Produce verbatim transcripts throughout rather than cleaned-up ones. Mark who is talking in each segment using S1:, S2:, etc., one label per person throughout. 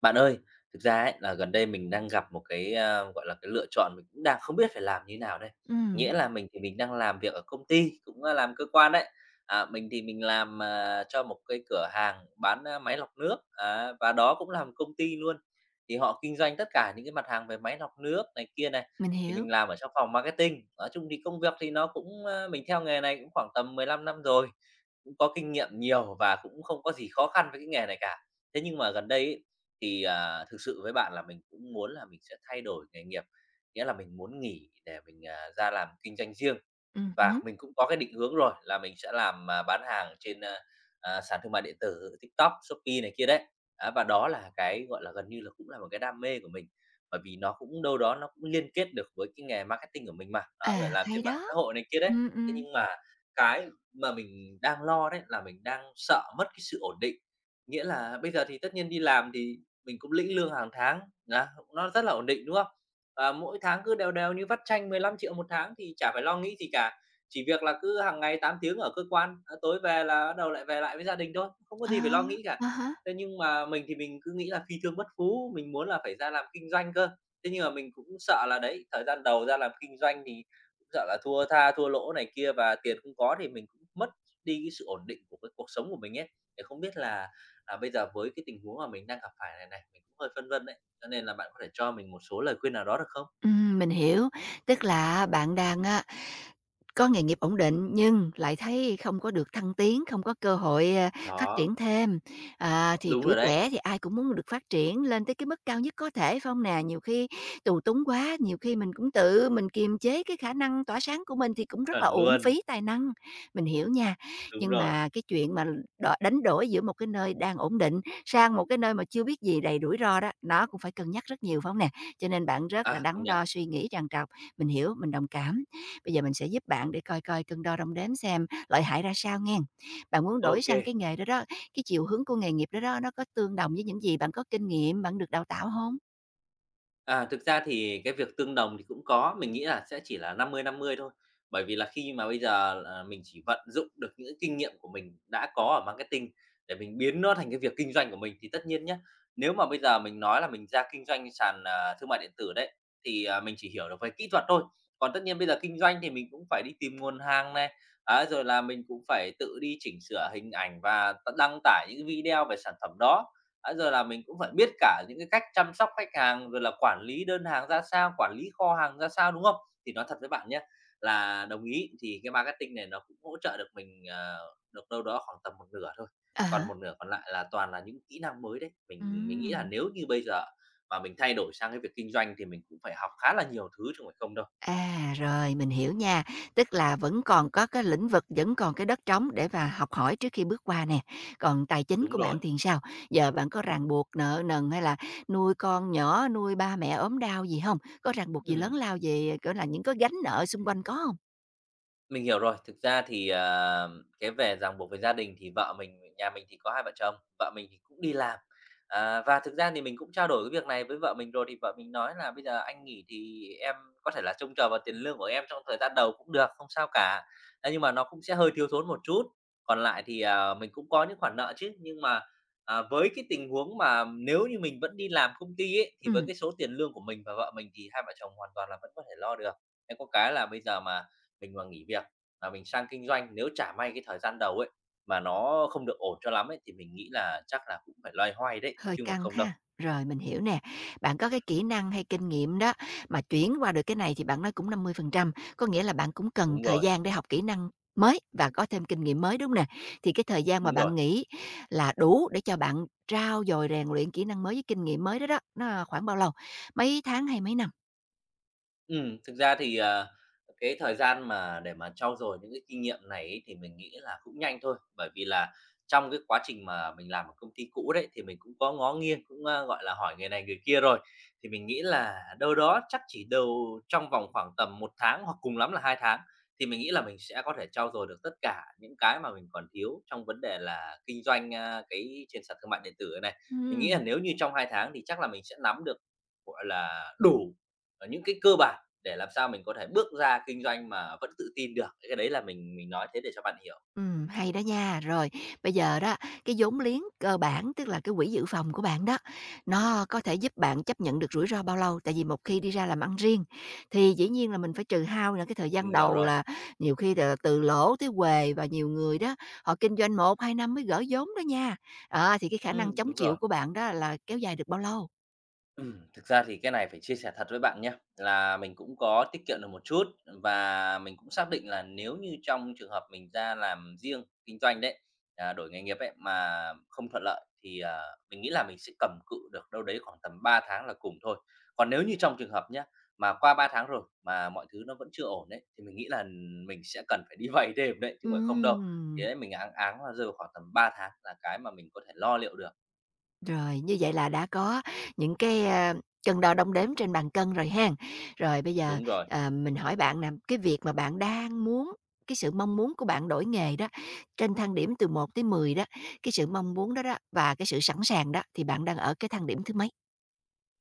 S1: Bạn ơi, thực ra ấy là gần đây mình đang gặp một cái, a, gọi là, cái lựa chọn mình cũng đang không biết phải làm như nào đây.
S2: Ừm,
S1: Nghĩa là mình thì mình đang làm việc ở công ty, cũng, a, làm cơ quan đấy. À, mình thì mình làm, à, cho một cái cửa hàng bán, a, máy lọc nước, à, và đó cũng làm công ty luôn. Thì họ kinh doanh tất cả những cái mặt hàng về máy lọc nước này kia này,
S2: mình
S1: thì
S2: hiểu.
S1: mình làm ở trong phòng marketing. Nói chung thì công việc thì nó cũng, a mình theo nghề này cũng khoảng tầm 15 năm rồi, cũng có kinh nghiệm nhiều và cũng không có gì khó khăn với cái nghề này cả. Thế nhưng mà gần đây ấy thì, à, thực sự với bạn là mình cũng muốn là mình sẽ thay đổi nghề nghiệp, nghĩa là mình muốn nghỉ để mình, à, ra làm kinh doanh riêng.
S2: Ừm hứm.
S1: Và mình cũng có cái định hướng rồi là mình sẽ làm, à, bán hàng trên, a, à, sàn thương mại điện tử TikTok, Shopee này kia đấy. Á, và đó là cái, gọi là, gần như là cũng là một cái đam mê của mình, bởi vì nó cũng đâu đó nó cũng liên kết được với cái nghề marketing của mình mà, đó, phải
S2: À,
S1: làm
S2: hay
S1: trên mạng xã
S2: đó.
S1: hội này kia đấy.
S2: Ừm,
S1: Thế
S2: ừm.
S1: nhưng mà cái mà mình đang lo đấy là mình đang sợ mất cái sự ổn định. Nghĩa là bây giờ thì tất nhiên đi làm thì mình cũng lĩnh lương hàng tháng, á, nó rất là ổn định, đúng không? Và mỗi tháng cứ đều đều như vắt chanh mười lăm triệu 1 tháng thì chả phải lo nghĩ gì cả, chỉ việc là cứ hàng ngày tám tiếng ở cơ quan, à, tối về là bắt đầu lại về lại với gia đình thôi, không có
S2: Ờ,
S1: gì phải lo nghĩ cả.
S2: à há.
S1: Thế nhưng mà mình thì mình cứ nghĩ là phi thương bất phú, mình muốn là phải ra làm kinh doanh cơ, thế nhưng mà mình cũng sợ là đấy, thời gian đầu ra làm kinh doanh thì cũng sợ là thua tha, thua lỗ này kia và tiền không có thì mình cũng mất đi cái sự ổn định của cái cuộc sống của mình ấy. Thì không biết là là bây giờ với cái tình huống mà mình đang gặp phải này này, mình cũng hơi phân vân đấy, cho nên là bạn có thể cho mình một số lời khuyên nào đó được không?
S2: Ừm, mình hiểu. Tức là á bạn đang á. Có nghề nghiệp ổn định nhưng lại thấy không có được thăng tiến, không có cơ hội, a, phát
S1: Đó,
S2: triển thêm. À, thì
S1: đúng
S2: tuổi
S1: rồi đấy,
S2: trẻ thì ai cũng muốn được phát triển lên tới cái mức cao nhất có thể, phải hông nè? Nhiều khi tù túng quá, nhiều khi mình cũng tự mình kiềm chế cái khả năng tỏa sáng của mình thì cũng rất
S1: chuẩn
S2: là uổng
S1: luôn,
S2: phí tài năng, mình hiểu nha.
S1: đúng
S2: Nhưng
S1: rồi.
S2: mà cái chuyện mà đ đánh đổi giữa một cái nơi đang ổn định sang một cái nơi mà chưa biết gì, đầy rủi ro đó, nó cũng phải cân nhắc rất nhiều, phải hông nè? Cho nên bạn rất là
S1: À,
S2: đắn
S1: công nhận.
S2: đo, suy nghĩ trằn trọc, mình hiểu, mình đồng cảm. Bây giờ mình sẽ giúp bạn để coi coi cân đo đong đếm xem lợi hại ra sao nghen. Bạn muốn đổi sang cái
S1: OK.
S2: nghề đó đó, cái chiều hướng của nghề nghiệp đó đó, nó có tương đồng với những gì bạn có kinh nghiệm, bạn được đào tạo không?
S1: À, thực ra thì cái việc tương đồng thì cũng có, mình nghĩ là sẽ chỉ là năm mươi năm mươi thôi. Bởi vì là khi mà bây giờ là mình chỉ vận dụng được những cái kinh nghiệm của mình đã có ở marketing để mình biến nó thành cái việc kinh doanh của mình thì tất nhiên nhé nếu mà bây giờ mình nói là mình ra kinh doanh sàn, à, thương mại điện tử đấy, thì, à, mình chỉ hiểu được về kỹ thuật thôi. Còn tất nhiên bây giờ kinh doanh thì mình cũng phải đi tìm nguồn hàng này, á, rồi là mình cũng phải tự đi chỉnh sửa hình ảnh và đăng tải những video về sản phẩm đó. Đã giờ là mình cũng phải biết cả những cái cách chăm sóc khách hàng, rồi là quản lý đơn hàng ra sao, quản lý kho hàng ra sao, đúng không? Thì nói thật với bạn nhé là đồng ý thì cái marketing này nó cũng hỗ trợ được mình, ờ, được đâu đó khoảng tầm một nửa thôi,
S2: Ờ há.
S1: còn một nửa còn lại là toàn là những kỹ năng mới đấy. Mình mình nghĩ là
S2: Ừm.
S1: nếu như bây giờ mà mình thay đổi sang cái việc kinh doanh thì mình cũng phải học khá là nhiều thứ chứ không phải không đâu.
S2: À, rồi, mình hiểu nha. Tức là vẫn còn có cái lĩnh vực, vẫn còn cái đất trống để mà học hỏi trước khi bước qua nè. Còn tài chính
S1: Đúng
S2: của bạn
S1: rồi.
S2: thì sao? Giờ bạn có ràng buộc nợ nần hay là nuôi con nhỏ, nuôi ba mẹ ốm đau gì không? Có ràng buộc gì lớn
S1: Ừm.
S2: lao về, gọi là, những cái gánh nợ xung quanh có không?
S1: Mình hiểu rồi. Thực ra thì, à, cái về ràng buộc với gia đình thì vợ mình nhà mình thì có hai vợ chồng, vợ mình thì cũng đi làm. À, và thực ra thì mình cũng trao đổi cái việc này với vợ mình rồi, thì vợ mình nói là "Bây giờ anh nghỉ thì em có thể là trông chờ vào tiền lương của em trong thời gian đầu cũng được, không sao cả. Thế nhưng mà nó cũng sẽ hơi thiếu thốn một chút. Còn lại thì, à, mình cũng có những khoản nợ chứ, nhưng mà, à, với cái tình huống mà nếu như mình vẫn đi làm công ty ấy, thì với
S2: Ừm.
S1: cái số tiền lương của mình và vợ mình thì hai vợ chồng hoàn toàn là vẫn có thể lo được. Cái có cái là bây giờ mà mình mà nghỉ việc và mình sang kinh doanh, nếu chả may cái thời gian đầu ấy, mà nó không được ổn cho lắm ấy, thì mình nghĩ là chắc là cũng phải loay hoay đấy,
S2: Hơi
S1: chứ không phải
S2: căng
S1: không đâu.
S2: ha. Rồi, mình hiểu nè. Bạn có cái kỹ năng hay kinh nghiệm đó, mà chuyển qua được cái này thì bạn nói cũng năm mươi phần trăm, có nghĩa là bạn cũng cần
S1: Đúng
S2: thời
S1: rồi,
S2: gian để học kỹ năng mới và có thêm kinh nghiệm mới, đúng nè? Thì cái thời gian mà
S1: đúng rồi.
S2: bạn nghĩ là đủ để cho bạn trau dồi rèn luyện kỹ năng mới với kinh nghiệm mới đó đó, nó khoảng bao lâu? Mấy tháng hay mấy năm?
S1: Ừm, thực ra thì, ờ, cái thời gian mà để mà trau dồi những cái kinh nghiệm này ấy thì mình nghĩ là cũng nhanh thôi, bởi vì là trong cái quá trình mà mình làm ở công ty cũ đấy, thì mình cũng có ngó nghiêng, cũng, a, gọi là, hỏi người này người kia rồi. Thì mình nghĩ là đâu đó chắc chỉ đâu trong vòng khoảng tầm một tháng hoặc cùng lắm là hai tháng, thì mình nghĩ là mình sẽ có thể trau dồi được tất cả những cái mà mình còn thiếu trong vấn đề là kinh doanh, a, cái trên sàn thương mại điện tử này. Mình nghĩ là
S2: Ừm.
S1: nếu như trong hai tháng thì chắc là mình sẽ nắm được, gọi là, đủ, ờ, những cái cơ bản để làm sao mình có thể bước ra kinh doanh mà vẫn tự tin được, cái đấy là mình mình nói thế để cho bạn hiểu.
S2: Ừm, hay đó nha. Rồi, bây giờ đó, cái vốn liếng cơ bản, tức là cái quỹ dự phòng của bạn đó, nó có thể giúp bạn chấp nhận được rủi ro bao lâu? Tại vì một khi đi ra làm ăn riêng thì dĩ nhiên là mình phải trừ hao là cái thời
S1: Mình
S2: gian
S1: hiểu
S2: đầu
S1: rồi.
S2: là nhiều khi là từ lỗ tới huề, và nhiều người đó, họ kinh doanh một hai năm mới gỡ vốn đó nha. Ờ, thì cái khả năng
S1: Ừm,
S2: chống
S1: đúng
S2: chịu
S1: rồi.
S2: của bạn đó là kéo dài được bao lâu?
S1: Ừm, thực ra thì cái này phải chia sẻ thật với bạn nhá, là mình cũng có tiết kiệm được một chút và mình cũng xác định là nếu như trong trường hợp mình ra làm riêng kinh doanh đấy, à, đổi nghề nghiệp ấy, mà không thuận lợi thì, à, mình nghĩ là mình sẽ cầm cự được đâu đấy khoảng tầm ba tháng là cùng thôi. Còn nếu như trong trường hợp nhá, mà qua ba tháng rồi mà mọi thứ nó vẫn chưa ổn đấy thì mình nghĩ là mình sẽ cần phải đi vay thêm đấy, chứ không phải không đâu.
S2: Ừm.
S1: Thế mình áng áng là rơi vào khoảng tầm ba tháng là cái mà mình có thể lo liệu được.
S2: Rồi, như vậy là đã có những cái, a, cân đo đong đếm trên bàn cân rồi ha. Rồi bây giờ,
S1: Đúng rồi.
S2: ờ, mình hỏi bạn nè, cái việc mà bạn đang muốn, cái sự mong muốn của bạn đổi nghề đó, trên thang điểm từ một tới mười đó, cái sự mong muốn đó đó và cái sự sẵn sàng đó, thì bạn đang ở cái thang điểm thứ mấy?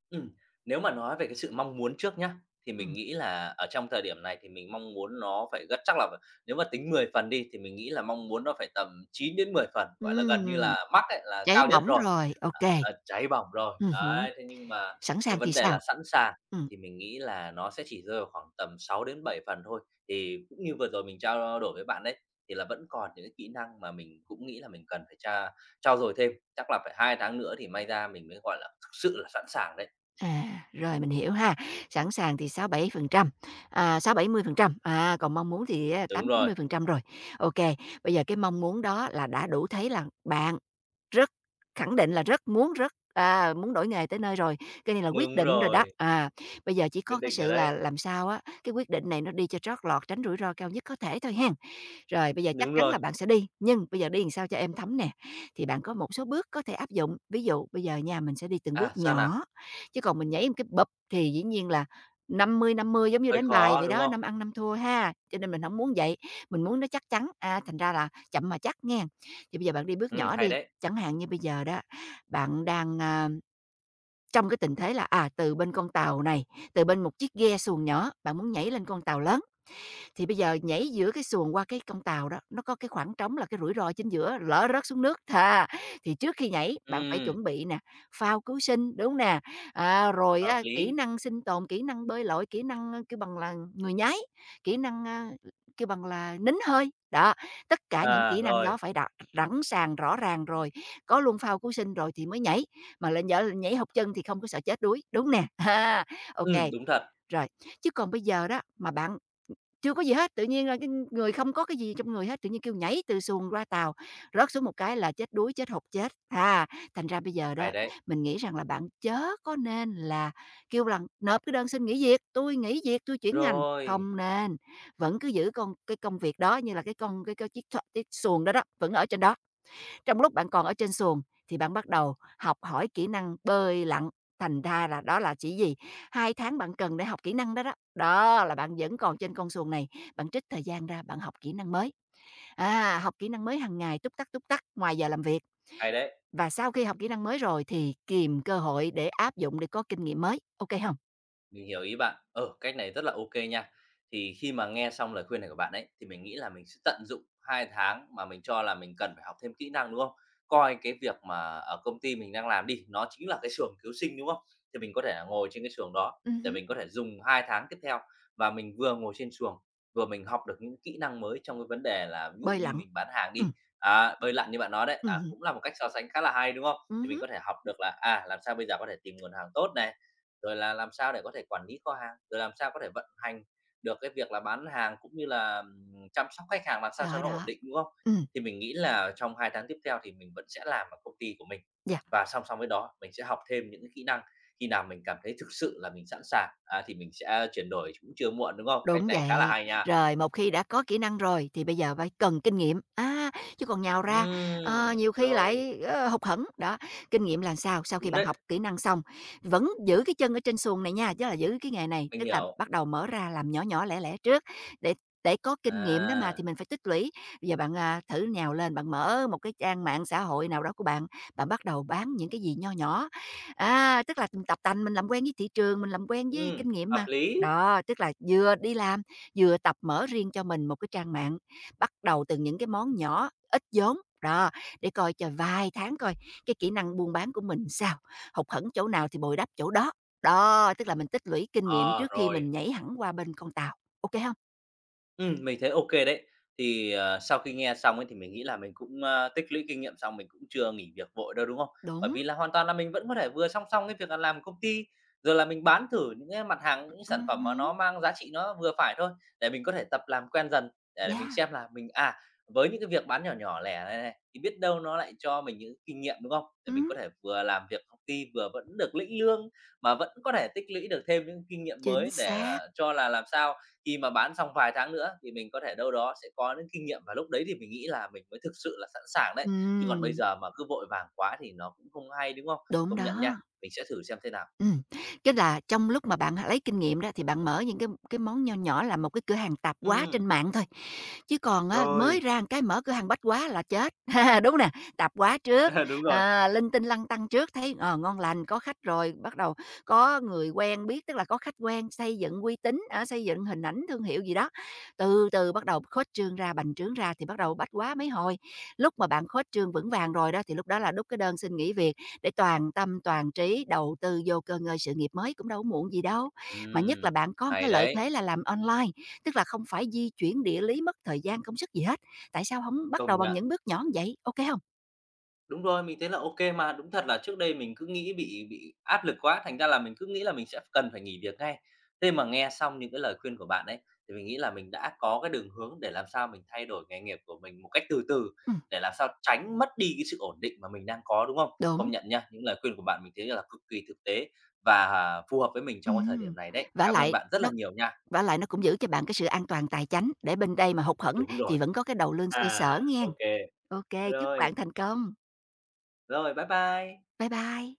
S1: Ừm, nếu mà nói về cái sự mong muốn trước nhá, thì mình
S2: Ừm.
S1: nghĩ là ở trong thời điểm này thì mình mong muốn nó phải gất chắc là nếu mà tính mười phần đi thì mình nghĩ là mong muốn nó phải tầm chín đến mười phần, gọi là, gần như
S2: Ừm,
S1: là mắc ấy, là
S2: cháy
S1: cao nhất
S2: bỏng
S1: rồi,
S2: rồi, ok.
S1: ờ, ờ, cháy bỏng rồi.
S2: Ừm,
S1: Đấy, thế nhưng mà
S2: sẵn
S1: cái
S2: sàng thì
S1: vấn đề
S2: sao?
S1: là sẵn sàng
S2: Ừm.
S1: thì mình nghĩ là nó sẽ chỉ rơi vào khoảng tầm sáu đến bảy phần thôi. Thì cũng như vừa rồi mình trao đổi với bạn đấy, thì là vẫn còn những cái kỹ năng mà mình cũng nghĩ là mình cần phải tra trau dồi thêm, chắc là phải hai tháng nữa thì may ra mình mới, gọi là, thực sự là sẵn sàng đấy.
S2: À, rồi mình hiểu ha. Sẵn sàng thì sáu-bảy phần trăm, à, sáu-bảy mươi phần trăm, à, còn mong muốn thì à, tám
S1: Đúng
S2: chín
S1: rồi,
S2: mươi phần trăm rồi. Ok, bây giờ cái mong muốn đó là đã đủ thấy là bạn rất, khẳng định là rất muốn, rất, à, muốn đổi nghề tới nơi rồi, cái này là quyết
S1: đúng
S2: định rồi đó.
S1: rồi,
S2: À, bây giờ chỉ
S1: quyết
S2: có cái
S1: định ở
S2: sự là
S1: đấy.
S2: làm sao á, cái quyết định này nó đi cho trót lọt, tránh rủi ro cao nhất có thể thôi hen. Rồi bây giờ chắc
S1: Đúng
S2: chắn là
S1: rồi.
S2: bạn sẽ đi, nhưng bây giờ đi làm sao cho em thấm nè, thì bạn có một số bước có thể áp dụng. Ví dụ bây giờ nhà mình sẽ đi từng bước
S1: À, sao nào?
S2: nhỏ, chứ còn mình nhảy một cái bập thì dĩ nhiên là năm mươi năm mươi giống như
S1: Hơi
S2: đánh bài
S1: khó,
S2: vậy
S1: đúng
S2: đó,
S1: không?
S2: năm ăn năm thua ha, cho nên mình không muốn vậy, mình muốn nó chắc chắn. À, thành ra là chậm mà chắc nghe. Thì bây giờ bạn đi bước
S1: Ừm,
S2: nhỏ
S1: hay
S2: đi.
S1: đấy.
S2: Chẳng hạn như bây giờ đó, bạn đang, a, trong cái tình thế là, à, từ bên con tàu này, từ bên một chiếc ghe xuồng nhỏ, bạn muốn nhảy lên con tàu lớn. Thì bây giờ nhảy giữa cái xuồng qua cái con tàu đó, nó có cái khoảng trống là cái rủi ro chính giữa, lỡ rớt xuống nước thà. Thì trước khi nhảy, bạn phải
S1: Ừm,
S2: chuẩn bị nè, phao cứu sinh, đúng nè? À, rồi
S1: hợp
S2: á, kỹ
S1: lý.
S2: năng sinh tồn, kỹ năng bơi lội, kỹ năng, ơ, kêu bằng là, người nhái, kỹ năng, a, kêu bằng là, nín hơi. Đó, tất cả những
S1: À,
S2: kỹ năng đó
S1: rồi.
S2: phải đặt sẵn sàng, rõ ràng rồi, có luôn phao cứu sinh rồi thì mới nhảy, mà lại nhỡ nhảy hụt chân thì không có sợ chết đuối, đúng nè? Ha, ô
S1: Ừm, đúng thật.
S2: rồi. Chứ còn bây giờ đó, mà bạn chưa có gì hết, tự nhiên là cái người không có cái gì trong người hết, tự nhiên kêu nhảy từ xuồng ra tàu, rớt xuống một cái là chết đuối, chết hụt, chết. À, thành ra bây giờ đó,
S1: Hay đấy.
S2: mình nghĩ rằng là bạn chớ có nên là kêu rằng nộp cái đơn xin nghỉ việc, tôi nghỉ việc, tôi chuyển ngành."
S1: Rồi,
S2: Không nên, vẫn cứ giữ con cái công việc đó như là cái con cái cái chiếc th cái xuồng đó đó, vẫn ở trên đó. Trong lúc bạn còn ở trên xuồng thì bạn bắt đầu học hỏi kỹ năng bơi lặn, thành ra là đó là chỉ gì? Hai tháng bạn cần để học kỹ năng đó đó. Đó là bạn vẫn còn trên con xuồng này, bạn trích thời gian ra bạn học kỹ năng mới. À, học kỹ năng mới hàng ngày túc tắc túc tắc ngoài giờ làm việc,
S1: hay đấy.
S2: và sau khi học kỹ năng mới rồi thì kìm cơ hội để áp dụng để có kinh nghiệm mới. OK không?
S1: Mình hiểu ý bạn. Ờ, cách này rất là ok nha. Thì khi mà nghe xong lời khuyên này của bạn ấy, thì mình nghĩ là mình sẽ tận dụng hai tháng mà mình cho là mình cần phải học thêm kỹ năng, đúng không? Coi cái việc mà ở công ty mình đang làm đi, nó chính là cái xưởng cứu sinh, đúng không? Thì mình có thể là ngồi trên cái xưởng đó
S2: Ừm
S1: để
S2: hứm.
S1: mình có thể dùng hai tháng tiếp theo và mình vừa ngồi trên xuồng, vừa mình học được những kỹ năng mới trong cái vấn đề là ví dụ
S2: Bơi
S1: như
S2: lặn,
S1: mình bán hàng đi,
S2: ừm,
S1: à, bơi lặn như bạn nói đấy,
S2: ừm
S1: à,
S2: hứm,
S1: cũng là một cách so sánh khá là hay, đúng không?
S2: ừm
S1: Thì mình
S2: hứm,
S1: có thể học được là, à, làm sao bây giờ có thể tìm nguồn hàng tốt này, rồi là làm sao để có thể quản lý kho hàng, rồi làm sao có thể vận hành được cái việc là bán hàng cũng như là, ừm, chăm sóc khách hàng làm sao cho
S2: đó,
S1: nó ổn
S2: đó,
S1: định, đúng không?
S2: ừm,
S1: Thì mình nghĩ là trong hai tháng tiếp theo thì mình vẫn sẽ làm ở công ty của mình
S2: yeah.
S1: và song song với đó mình sẽ học thêm những cái kỹ năng, khi nào mình cảm thấy thực sự là mình sẵn sàng, à, thì mình sẽ chuyển đổi cũng chưa muộn, đúng không? Cách
S2: Đúng
S1: này khá là
S2: vậy.
S1: hay nha.
S2: Rồi một khi đã có kỹ năng rồi thì bây giờ phải cần kinh nghiệm, À, chứ còn nhào ra, ờ,
S1: Ừm,
S2: nhiều khi
S1: rồi,
S2: lại, ơ, hụt hẫng. Đó, kinh nghiệm là sao? Sau khi
S1: đúng
S2: bạn
S1: đấy,
S2: học kỹ năng xong, vẫn giữ cái chân ở trên xuồng này nha, tức là giữ cái nghề này,
S1: mình
S2: tức là
S1: hiểu.
S2: bắt đầu mở ra làm nhỏ nhỏ lẻ lẻ trước để để có kinh nghiệm đó mà,
S1: À,
S2: thì mình phải tích lũy. Bây giờ bạn, à, thử nhào lên, bạn mở một cái trang mạng xã hội nào đó của bạn, bạn bắt đầu bán những cái gì nho nhỏ. À, tức là mình tập tành, mình làm quen với thị trường, mình làm quen với
S1: ừm,
S2: kinh nghiệm
S1: hợp
S2: mà.
S1: lý.
S2: Đó, tức là vừa đi làm, vừa tập mở riêng cho mình một cái trang mạng, bắt đầu từ những cái món nhỏ, ít vốn, đó, để coi cho vài tháng coi cái kỹ năng buôn bán của mình sao, hụt hẫng chỗ nào thì bồi đắp chỗ đó. Đó, tức là mình tích lũy kinh nghiệm
S1: Ờ,
S2: trước khi
S1: rồi.
S2: mình nhảy hẳn qua bên con tàu, ok không?
S1: Ừm, mình thấy ok đấy. Thì, ờ, sau khi nghe xong ấy thì mình nghĩ là mình cũng, a, tích lũy kinh nghiệm xong mình cũng chưa nghỉ việc vội đâu, đúng không? Bởi
S2: Đúng,
S1: vì là hoàn toàn là mình vẫn có thể vừa song song cái việc là làm công ty, rồi là mình bán thử những cái mặt hàng, những sản phẩm mà
S2: ừm,
S1: nó mang giá trị nó vừa phải thôi, để mình có thể tập làm quen dần, để để mình
S2: yeah,
S1: xem là mình, à, với những cái việc bán nhỏ nhỏ lẻ này này, thì biết đâu nó lại cho mình những kinh nghiệm, đúng không? Để mình
S2: ừm,
S1: có thể vừa làm việc công ty vừa vẫn được lĩnh lương, mà vẫn có thể tích lũy được thêm những kinh nghiệm
S2: chính
S1: mới để,
S2: xác,
S1: ờ, cho là làm sao khi mà bán xong vài tháng nữa thì mình có thể đâu đó sẽ có những kinh nghiệm và lúc đấy thì mình nghĩ là mình mới thực sự là sẵn sàng đấy. Chứ còn bây
S2: ừm,
S1: giờ mà cứ vội vàng quá thì nó cũng không hay, đúng không?
S2: đúng
S1: Công nhận
S2: đó.
S1: nha, mình sẽ thử xem thế nào.
S2: Ừm, tức là trong lúc mà bạn lấy kinh nghiệm đó thì bạn mở những cái cái món nho nhỏ là một cái cửa hàng tạp hóa
S1: Ừm.
S2: trên mạng thôi, chứ còn á, mới
S1: Rồi.
S2: ra một cái mở cửa hàng bách hóa là chết, đúng nè, tạp hóa trước,
S1: Đúng rồi.
S2: à, linh tinh lăng tăng trước thấy, ờ, ngon lành, có khách rồi, bắt đầu có người quen biết, tức là có khách quen, xây dựng uy tín, á, xây dựng hình ảnh thương hiệu gì đó. Từ từ bắt đầu khuếch trương ra, bành trướng ra thì bắt đầu bách hóa mấy hồi, lúc mà bạn khuếch trương vững vàng rồi đó thì lúc đó là đút cái đơn xin nghỉ việc, để toàn tâm, toàn trí đầu tư vô cơ ngơi sự nghiệp mới cũng đâu có muộn gì đâu. Mà nhất là
S1: Ừm,
S2: bạn có một cái
S1: hay
S2: lợi
S1: đấy,
S2: thế là làm online, tức là không phải di chuyển địa lý, mất thời gian, công sức gì hết. Tại sao không bắt đầu
S1: công
S2: bằng
S1: nhận.
S2: những bước nhỏ như vậy, ok không hông?
S1: Đúng rồi, mình thấy là ok mà. Đúng thật là trước đây mình cứ nghĩ bị bị áp lực quá, thành ra là mình cứ nghĩ là mình sẽ cần phải nghỉ việc ngay. Thế mà nghe xong những cái lời khuyên của bạn ấy, thì mình nghĩ là mình đã có cái đường hướng để làm sao mình thay đổi nghề nghiệp của mình một cách từ từ, để làm sao tránh mất đi cái sự ổn định mà mình đang có, đúng không?
S2: Ừ, đúng,
S1: Công nhận nha, những lời khuyên của bạn mình thấy là cực kỳ thực tế và à, phù hợp với mình trong cái thời
S2: ừm.
S1: điểm này đấy.
S2: Vả
S1: Cảm ơn
S2: lại
S1: bạn rất
S2: nó
S1: là nhiều nha.
S2: vả lại nó cũng giữ cho bạn cái sự an toàn tài chánh, để bên đây mà hụt hẫng
S1: Đúng
S2: thì
S1: rồi.
S2: vẫn có cái đầu lương xoay
S1: À,
S2: sở nghen.
S1: ô,
S2: Ok, chúc
S1: rồi,
S2: bạn thành công.
S1: rồi, bye bye.
S2: Bye bye.